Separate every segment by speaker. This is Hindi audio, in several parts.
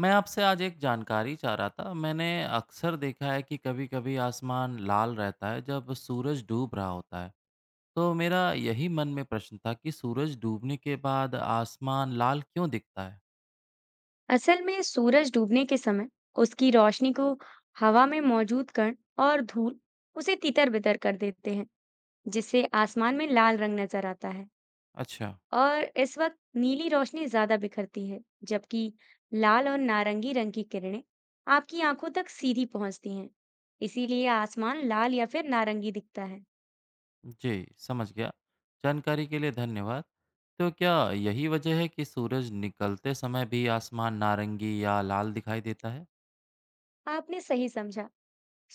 Speaker 1: मैं आपसे आज एक जानकारी चाह रहा था। मैंने अक्सर देखा है कि कभी-कभी आसमान लाल रहता है जब सूरज डूब रहा होता है। तो मेरा यही मन में प्रश्न था कि सूरज डूबने के बाद आसमान लाल क्यों दिखता है?
Speaker 2: असल में सूरज डूबने के समय उसकी रोशनी को हवा में मौजूद कण और धूल उसे तितर-बितर कर देते हैं, जिससे आसमान में लाल रंग नजर आता है।
Speaker 1: अच्छा,
Speaker 2: और इस वक्त नीली रोशनी ज्यादा बिखरती है, जबकि लाल और नारंगी रंग की किरणें आपकी आंखों तक सीधी पहुंचती हैं। इसीलिए आसमान लाल या फिर नारंगी दिखता है।
Speaker 1: जी, समझ गया। जानकारी के लिए धन्यवाद। तो क्या यही वजह है कि सूरज निकलते समय भी आसमान नारंगी या लाल दिखाई देता है?
Speaker 2: आपने सही समझा।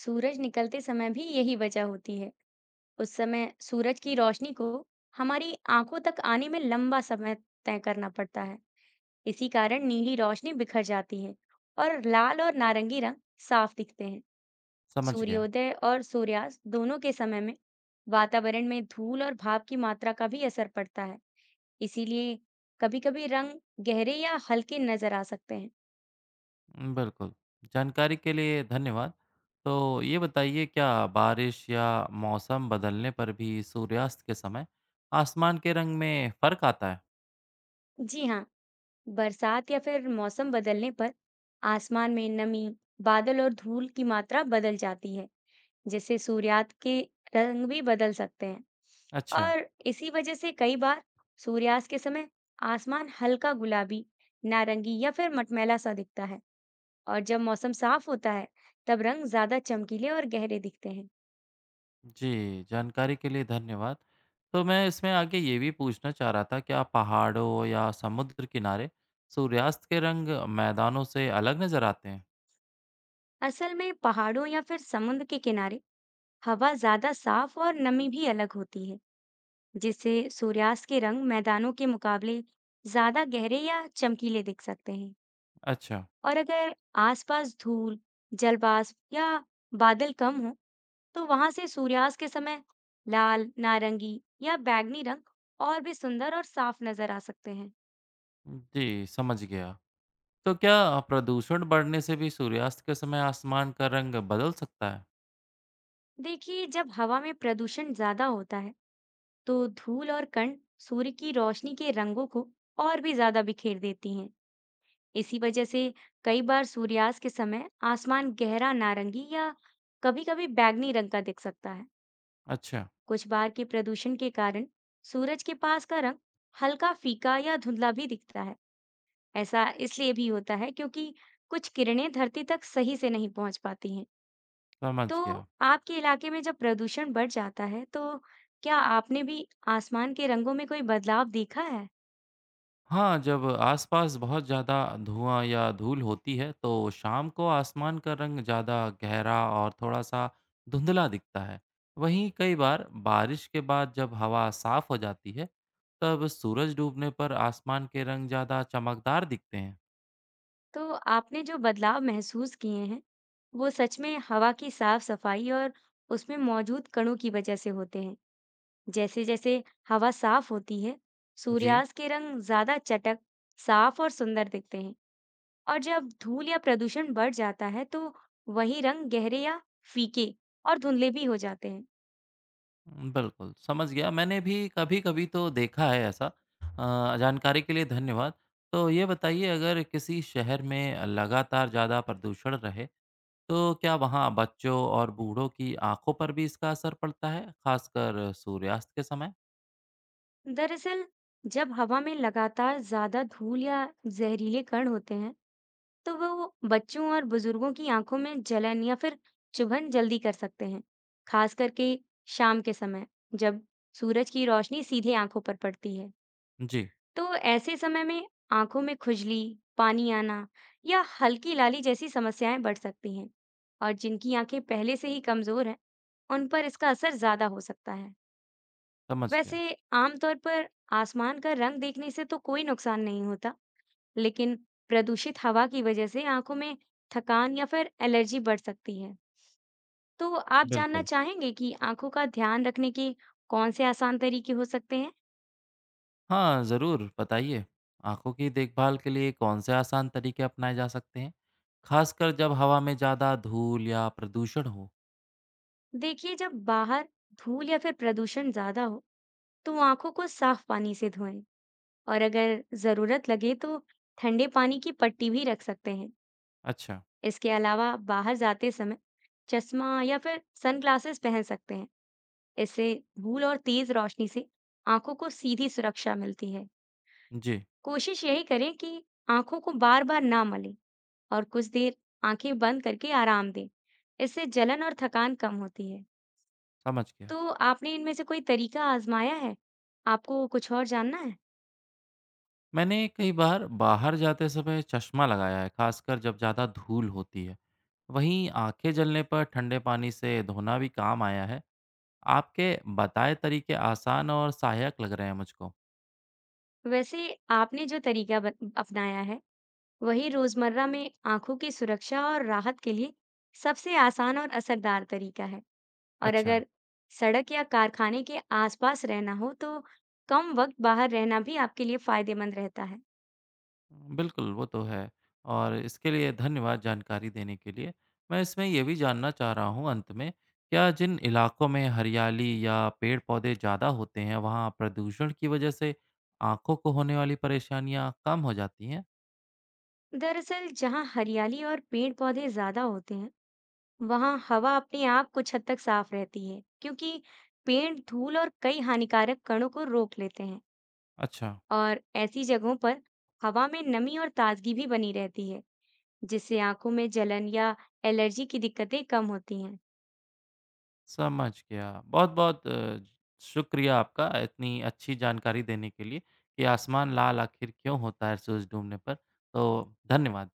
Speaker 2: सूरज निकलते समय भी यही वजह होती है। उस समय सूरज की रोशनी को हमारी आंखों तक आने में लंबा समय तय करना पड़ता है। इसी कारण नीली रोशनी बिखर जाती है और लाल और नारंगी रंग साफ दिखते हैं।
Speaker 1: समझ गया।
Speaker 2: सूर्योदय और सूर्यास्त दोनों के समय में वातावरण में धूल और भाप की मात्रा का भी असर पड़ता है। इसीलिए कभी-कभी रंग गहरे या हल्के नजर आ सकते हैं।
Speaker 1: बिल्कुल। जानकारी के लिए धन्यवाद। तो ये बताइए क्या बारिश या मौसम बदलने पर भी सूर्यास्त के समय आसमान के रंग में फ़र्क आता है?
Speaker 2: जी हाँ, बरसात या फिर मौसम बदलने पर आसमान में नमी, बादल और धूल की मात्रा बदल जाती है, जिससे सूर्यास्त के रंग भी बदल सकते हैं।
Speaker 1: अच्छा।
Speaker 2: और इसी वजह से कई बार सूर्यास्त के समय आसमान हल्का गुलाबी, नारंगी या फिर मटमैला सा दिखता है। और जब मौसम साफ होता है, तब रंग ज्यादा चमकीले और गहरे दिखते हैं।
Speaker 1: जी, जानकारी के लिए धन्यवाद। तो मैं इसमें आगे ये भी पूछना चाह रहा था क्या पहाड़ों या समुद्र किनारे सूर्यास्त के रंग मैदानों से अलग नज़र आते हैं?
Speaker 2: असल में पहाड़ों या फिर समुद्र के किनारे हवा ज्यादा साफ और नमी भी अलग होती है, जिससे सूर्यास्त के रंग मैदानों के मुकाबले ज्यादा गहरे या चमकीले दिख सकते हैं।
Speaker 1: अच्छा।
Speaker 2: और अगर आसपास धूल, जलवाष्प या बादल कम हो, तो वहां से सूर्यास्त के समय लाल, नारंगी या बैंगनी रंग और भी सुंदर और साफ नजर आ सकते हैं।
Speaker 1: जी, समझ गया। तो क्या प्रदूषण बढ़ने से भी सूर्यास्त के समय आसमान का रंग बदल सकता है?
Speaker 2: देखिए, जब हवा में प्रदूषण ज्यादा होता है, तो धूल और कण सूर्य की रोशनी के रंगों को और भी ज्यादा बिखेर देती हैं। इसी वजह से कई बार सूर्यास्त के समय आसमान गहरा नारंगी या कभी-कभी बैंगनी रंग का दिख सकता है।
Speaker 1: अच्छा।
Speaker 2: कुछ बार के प्रदूषण के कारण सूरज के पास का रंग हल्का फीका या धुंधला भी दिखता है। ऐसा इसलिए भी होता है क्योंकि कुछ किरणें धरती तक सही से नहीं पहुंच पाती हैं। तो
Speaker 1: समझ गया।
Speaker 2: आपके इलाके में जब प्रदूषण बढ़ जाता है, तो क्या आपने भी आसमान के रंगों में कोई बदलाव देखा है?
Speaker 1: हाँ, जब आसपास बहुत ज़्यादा धुआँ या धूल होती है तो शाम को आसमान का रंग ज़्यादा गहरा और थोड़ा-सा धुंधला दिखता है। वहीं कई बार बारिश के बाद जब हवा साफ़ हो जाती है, तब सूरज डूबने पर आसमान के रंग ज़्यादा चमकदार दिखते हैं।
Speaker 2: तो आपने जो बदलाव महसूस किए हैं, वो सच में हवा की साफ सफाई और उसमें मौजूद कणों की वजह से होते हैं। जैसे जैसे हवा साफ होती है,
Speaker 1: जी,
Speaker 2: सूर्यास्त के रंग ज्यादा चटक, साफ और सुंदर दिखते हैं। और जब धूल या प्रदूषण बढ़ जाता है, तो वही रंग गहरे या फीके और धुंधले भी हो जाते हैं।
Speaker 1: बिल्कुल, समझ गया। मैंने भी कभी-कभी तो देखा है ऐसा। जानकारी के लिए धन्यवाद। तो ये बताइए अगर किसी शहर में लगातार ज़्यादा प्रदूषण रहे तो क्या वहाँ बच्चों और बूढ़ों की आंखों पर भी इसका असर पड़ता है, खासकर सूर्यास्त के समय?
Speaker 2: दरअसल, जब हवा में लगातार ज्यादा धूल या जहरीले कण होते हैं, तो वो बच्चों और बुजुर्गों की आंखों में जलन या फिर चुभन जल्दी कर सकते हैं, खास करके शाम के समय, जब सूरज की रोशनी सीधे आंखों पर पड़ती है।
Speaker 1: जी,
Speaker 2: तो ऐसे समय में आंखों में खुजली, पानी आना या हल्की लाली जैसी समस्याएं बढ़ सकती हैं। और जिनकी आंखें पहले से ही कमजोर हैं, उन पर इसका असर ज्यादा हो सकता है।
Speaker 1: समझ
Speaker 2: वैसे
Speaker 1: गया।
Speaker 2: आमतौर पर आसमान का रंग देखने से तो कोई नुकसान नहीं होता, लेकिन प्रदूषित हवा की वजह से आंखों में थकान या फिर एलर्जी बढ़ सकती है। तो आप जानना
Speaker 1: बिल्कुल।
Speaker 2: चाहेंगे कि आंखों का ध्यान रखने के कौन से आसान तरीके हो सकते हैं?
Speaker 1: हाँ, ज़रूर बताइए। आंखों की देखभाल के लिए कौन से आसान तरीके अपनाए जा सकते हैं, खासकर जब हवा में ज़्यादा धूल या प्रदूषण हो?
Speaker 2: देखिए, जब बाहर धूल या फिर प्रदूषण ज्यादा हो, तो आंखों को साफ पानी से धोएं। और अगर जरूरत लगे, तो ठंडे पानी की पट्टी भी रख सकते हैं।
Speaker 1: अच्छा,
Speaker 2: इसके अलावा बाहर जाते समय चश्मा या फिर सनग्लासेस पहन सकते हैं। इससे धूल और तेज रोशनी से आंखों को सीधी सुरक्षा मिलती है।
Speaker 1: जी,
Speaker 2: कोशिश यही करें कि आंखों को बार-बार ना मलें और कुछ देर आंखें बंद करके आराम दें। इससे जलन और थकान कम होती है।
Speaker 1: समझ गया।
Speaker 2: तो आपने इनमें से कोई तरीका आजमाया है? आपको कुछ और जानना है?
Speaker 1: मैंने कई बार बाहर जाते समय चश्मा लगाया है, खासकर जब ज़्यादा धूल होती है। वहीं आंखें जलने पर ठंडे पानी से धोना भी काम आया है। आपके बताए तरीके आसान और सहायक लग रहे हैं मुझको।
Speaker 2: वैसे आपने जो तरीका अपनाया है, वही रोजमर्रा में आंखों की सुरक्षा और राहत के लिए सबसे आसान और असरदार तरीका है। और
Speaker 1: अच्छा,
Speaker 2: अगर सड़क या कारखाने के आसपास रहना हो, तो कम वक्त बाहर रहना भी आपके लिए फायदेमंद रहता है।
Speaker 1: बिल्कुल वो तो है और इसके लिए धन्यवाद जानकारी देने के लिए। मैं इसमें ये भी जानना चाह रहा हूँ अंत में, क्या जिन इलाकों में हरियाली या पेड़-पौधे ज़्यादा होते हैं, वहाँ प्रदूषण की वजह से आँखों को होने वाली परेशानियाँ कम हो जाती हैं?
Speaker 2: दरअसल, जहाँ हरियाली और पेड़ पौधे ज्यादा होते हैं, वहाँ हवा अपने आप कुछ हद तक साफ रहती है, क्योंकि पेड़ धूल और कई हानिकारक कणों को रोक लेते हैं।
Speaker 1: अच्छा।
Speaker 2: और ऐसी जगहों पर हवा में नमी और ताजगी भी बनी रहती है, जिससे आंखों में जलन या एलर्जी की दिक्कतें कम होती हैं।
Speaker 1: समझ गया। बहुत-बहुत शुक्रिया आपका इतनी अच्छी जानकारी देने के लिए कि आसमान लाल आखिर क्यों होता है सूरज डूबने पर। तो धन्यवाद।